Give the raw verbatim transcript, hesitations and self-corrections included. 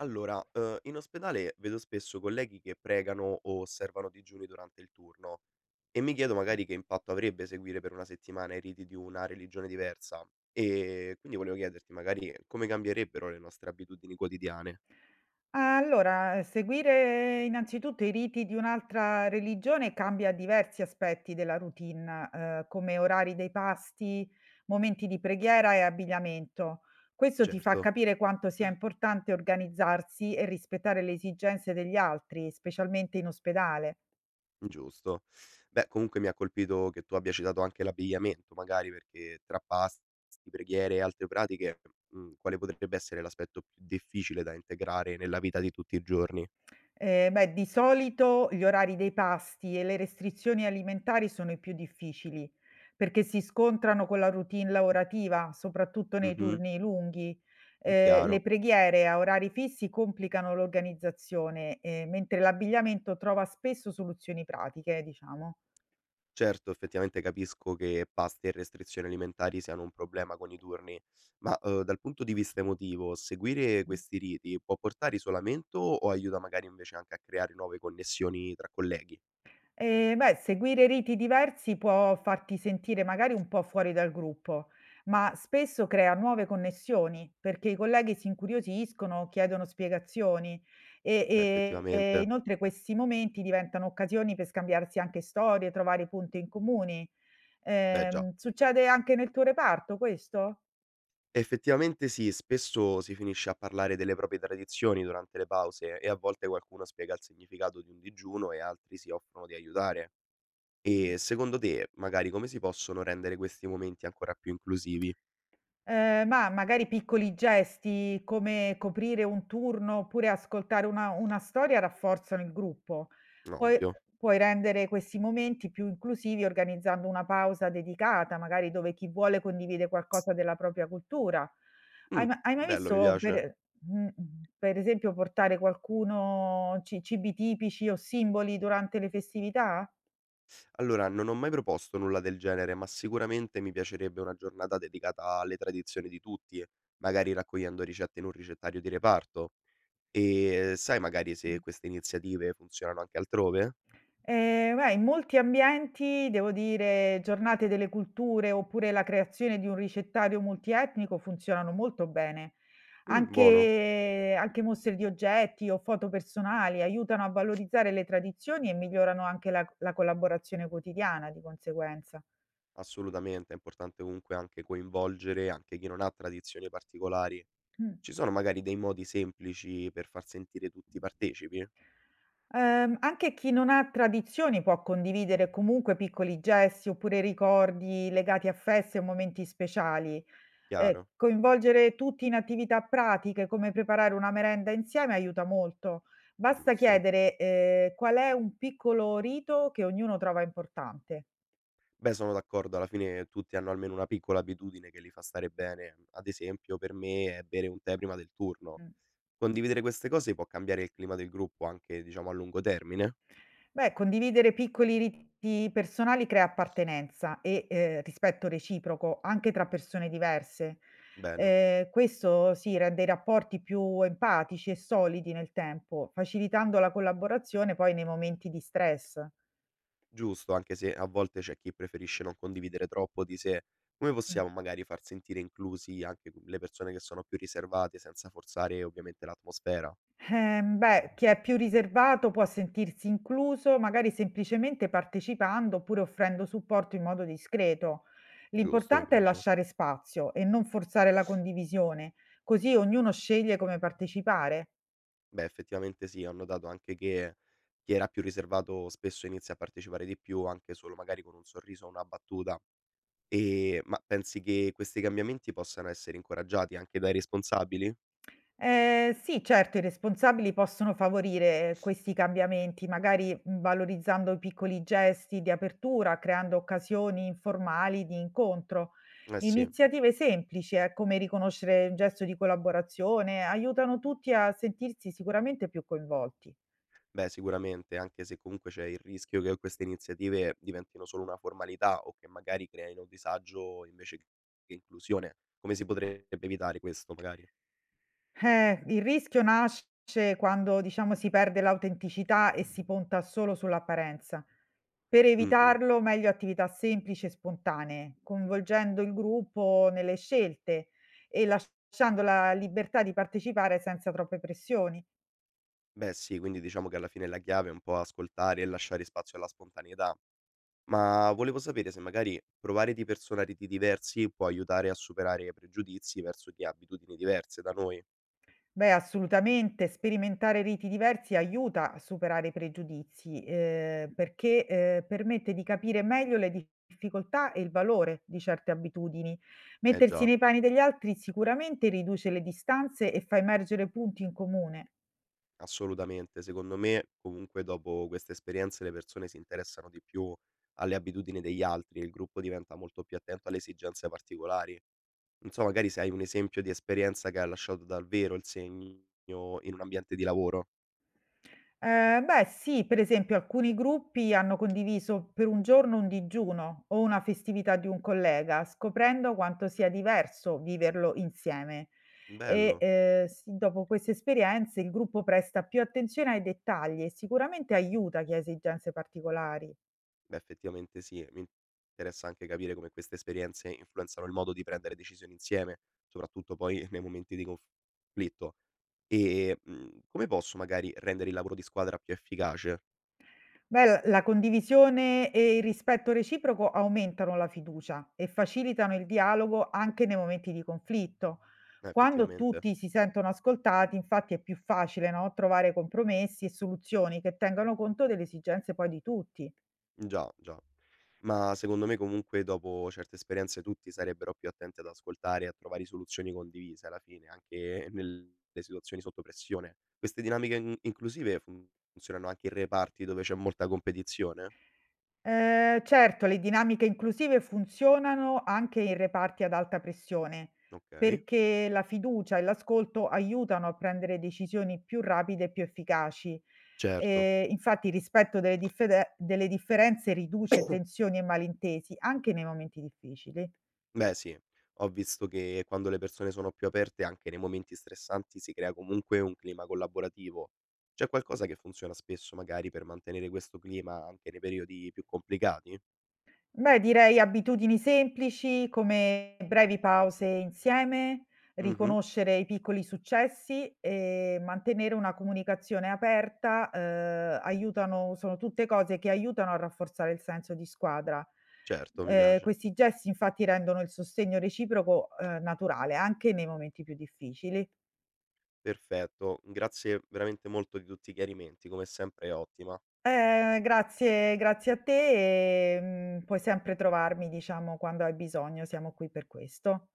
Allora, uhm, in ospedale vedo spesso colleghi che pregano o osservano digiuni durante il turno e mi chiedo magari che impatto avrebbe seguire per una settimana i riti di una religione diversa. E quindi volevo chiederti magari come cambierebbero le nostre abitudini quotidiane. Allora, seguire innanzitutto i riti di un'altra religione cambia diversi aspetti della routine, eh, come orari dei pasti, momenti di preghiera e abbigliamento. Questo ti fa Certo, capire quanto sia importante organizzarsi e rispettare le esigenze degli altri, specialmente in ospedale. giusto. Beh, comunque mi ha colpito che tu abbia citato anche l'abbigliamento, magari perché tra pasti, preghiere e altre pratiche, mhmm, quale potrebbe essere l'aspetto più difficile da integrare nella vita di tutti i giorni? Ehm, beh, di solito gli orari dei pasti e le restrizioni alimentari sono i più difficili, perché si scontrano con la routine lavorativa, soprattutto nei Mh-mh, turni lunghi. Ehm, le chiaro. preghiere a orari fissi complicano l'organizzazione, ehm, mentre l'abbigliamento trova spesso soluzioni pratiche, diciamo. Certo, effettivamente capisco che pasti e restrizioni alimentari siano un problema con i turni, ma, uhm, dal punto di vista emotivo, seguire questi riti può portare isolamento o aiuta magari invece anche a creare nuove connessioni tra colleghi? Ehm, beh, seguire riti diversi può farti sentire magari un po' fuori dal gruppo, ma spesso crea nuove connessioni, perché i colleghi si incuriosiscono, chiedono spiegazioni e Beh, e e effettivamente. inoltre questi momenti diventano occasioni per scambiarsi anche storie, trovare punti in comuni. Beh, già. Ehm, succede anche nel tuo reparto questo? Effettivamente sì, spesso si finisce a parlare delle proprie tradizioni durante le pause e a volte qualcuno spiega il significato di un digiuno e altri si offrono di aiutare. Mh. E secondo te, magari come si possono rendere questi momenti ancora più inclusivi? Ehm, ma magari piccoli gesti come coprire un turno oppure ascoltare una una storia rafforzano il gruppo. Puoi Ovvio. puoi rendere questi momenti più inclusivi organizzando una pausa dedicata, magari dove chi vuole condivide qualcosa della propria cultura. Mh, Hai ma hai mai bello, mi visto piace. per mh, mh, per esempio portare qualcuno ci cibi tipici o simboli durante le festività? Allora, non ho mai proposto nulla del genere, ma sicuramente mi piacerebbe una giornata dedicata alle tradizioni di tutti, magari raccogliendo ricette in un ricettario di reparto. E sai magari Mh. se queste iniziative funzionano anche altrove? Ehm, beh, in molti ambienti, devo dire, giornate delle culture oppure la creazione di un ricettario multietnico funzionano molto bene. Mh, buono. Anche anche mostre di oggetti o foto personali aiutano a valorizzare le tradizioni e migliorano anche la la collaborazione quotidiana di conseguenza. Assolutamente, è importante comunque anche coinvolgere anche chi non ha tradizioni particolari. Mh. Ci sono magari dei modi semplici per far sentire tutti partecipi? Ehm, anche chi non ha tradizioni può condividere comunque piccoli gesti oppure ricordi legati a feste o momenti speciali. Eh, Chiaro, coinvolgere tutti in attività pratiche come preparare una merenda insieme aiuta molto. Basta giusto. chiedere, eh, qual è un piccolo rito che ognuno trova importante. Beh, sono d'accordo, alla fine tutti hanno almeno una piccola abitudine che li fa stare bene. Ad esempio, per me è bere un tè prima del turno. Mm. Condividere queste cose può cambiare il clima del gruppo anche, diciamo, a lungo termine? Beh, condividere piccoli riti personali crea appartenenza e eh, rispetto reciproco anche tra persone diverse. Bene, Eh, questo sì, rende i rapporti più empatici e solidi nel tempo, facilitando la collaborazione poi nei momenti di stress. giusto, anche se a volte c'è chi preferisce non condividere troppo di sé. Come Mm. possiamo magari far sentire inclusi anche le persone che sono più riservate senza forzare ovviamente l'atmosfera? Ehm, beh, chi è più riservato può sentirsi incluso, magari semplicemente partecipando oppure offrendo supporto in modo discreto. Giusto, mi L'importante è piace. lasciare spazio e non forzare la condivisione, così ognuno sceglie come partecipare. Beh, effettivamente sì, ho notato anche che chi era più riservato spesso inizia a partecipare di più, anche solo magari con un sorriso o una battuta. E ma pensi che questi cambiamenti possano essere incoraggiati anche dai responsabili? Ehm, sì, certo, i responsabili possono favorire questi cambiamenti, magari, mhmm, valorizzando i piccoli gesti di apertura, creando occasioni informali di incontro. Eh sì, Iniziative semplici, eh, come riconoscere un gesto di collaborazione, aiutano tutti a sentirsi sicuramente più coinvolti. beh, sicuramente, anche se comunque c'è il rischio che queste iniziative diventino solo una formalità o che magari creino disagio invece che inclusione. Come si potrebbe evitare questo, magari? Eh, il rischio nasce quando, diciamo, si perde l'autenticità e si punta solo sull'apparenza. Per Mh-mh. evitarlo, meglio attività semplici e spontanee, coinvolgendo il gruppo nelle scelte e lasciando la libertà di partecipare senza troppe pressioni. Beh sì, quindi diciamo che alla fine la chiave è un po' ascoltare e lasciare spazio alla spontaneità. Ma volevo sapere se magari provare di persona riti diversi può aiutare a superare pregiudizi verso chi ha abitudini diverse da noi. Beh, assolutamente. Sperimentare riti diversi aiuta a superare i pregiudizi, ehm, perché, ehm, permette di capire meglio le difficoltà e il valore di certe abitudini. Eh Mettersi già, nei panni degli altri sicuramente riduce le distanze e fa emergere punti in comune. assolutamente. Secondo me, comunque, dopo queste esperienze le persone si interessano di più alle abitudini degli altri e il gruppo diventa molto più attento alle esigenze particolari. Non so, magari se hai un esempio di esperienza che ha lasciato davvero il segno in un ambiente di lavoro. Ehm, beh sì, per esempio alcuni gruppi hanno condiviso per un giorno un digiuno o una festività di un collega, scoprendo quanto sia diverso viverlo insieme. E, Bello. ehm, s dopo queste esperienze il gruppo presta più attenzione ai dettagli e sicuramente aiuta chi ha esigenze particolari. Beh, effettivamente sì, e mi interessa anche capire come queste esperienze influenzano il modo di prendere decisioni insieme, soprattutto poi nei momenti di conflitto. E, mhmm, come posso magari rendere il lavoro di squadra più efficace? Beh, la la condivisione e il rispetto reciproco aumentano la fiducia e facilitano il dialogo anche nei momenti di conflitto. Eh, Quando effettivamente. tutti si sentono ascoltati, infatti, è più facile, no, trovare compromessi e soluzioni che tengano conto delle esigenze poi di tutti. Già, già. Ma secondo me comunque dopo certe esperienze tutti sarebbero più attenti ad ascoltare e a trovare soluzioni condivise alla fine, anche nelle situazioni sotto pressione. Queste dinamiche in inclusive fun- funzionano anche in reparti dove c'è molta competizione? Ehm, certo, le dinamiche inclusive funzionano anche in reparti ad alta pressione, Okay. perché la fiducia e l'ascolto aiutano a prendere decisioni più rapide e più efficaci. Certo. Ehm, infatti il rispetto delle diffede delle differenze riduce tensioni e malintesi anche nei momenti difficili. Beh sì, ho visto che quando le persone sono più aperte anche nei momenti stressanti si crea comunque un clima collaborativo. C'è qualcosa che funziona spesso magari per mantenere questo clima anche nei periodi più complicati? Beh, direi abitudini semplici come brevi pause insieme, Mh-mh. riconoscere i piccoli successi e mantenere una comunicazione aperta, ehm, aiutano sono tutte cose che aiutano a rafforzare il senso di squadra. Certo, mi Ehm, piace. Questi gesti infatti rendono il sostegno reciproco, ehm, naturale, anche nei momenti più difficili. Perfetto, grazie veramente molto di tutti i chiarimenti, come sempre è ottima. Ehm, grazie grazie a te e, mhmm, puoi sempre trovarmi diciamo quando hai bisogno, siamo qui per questo.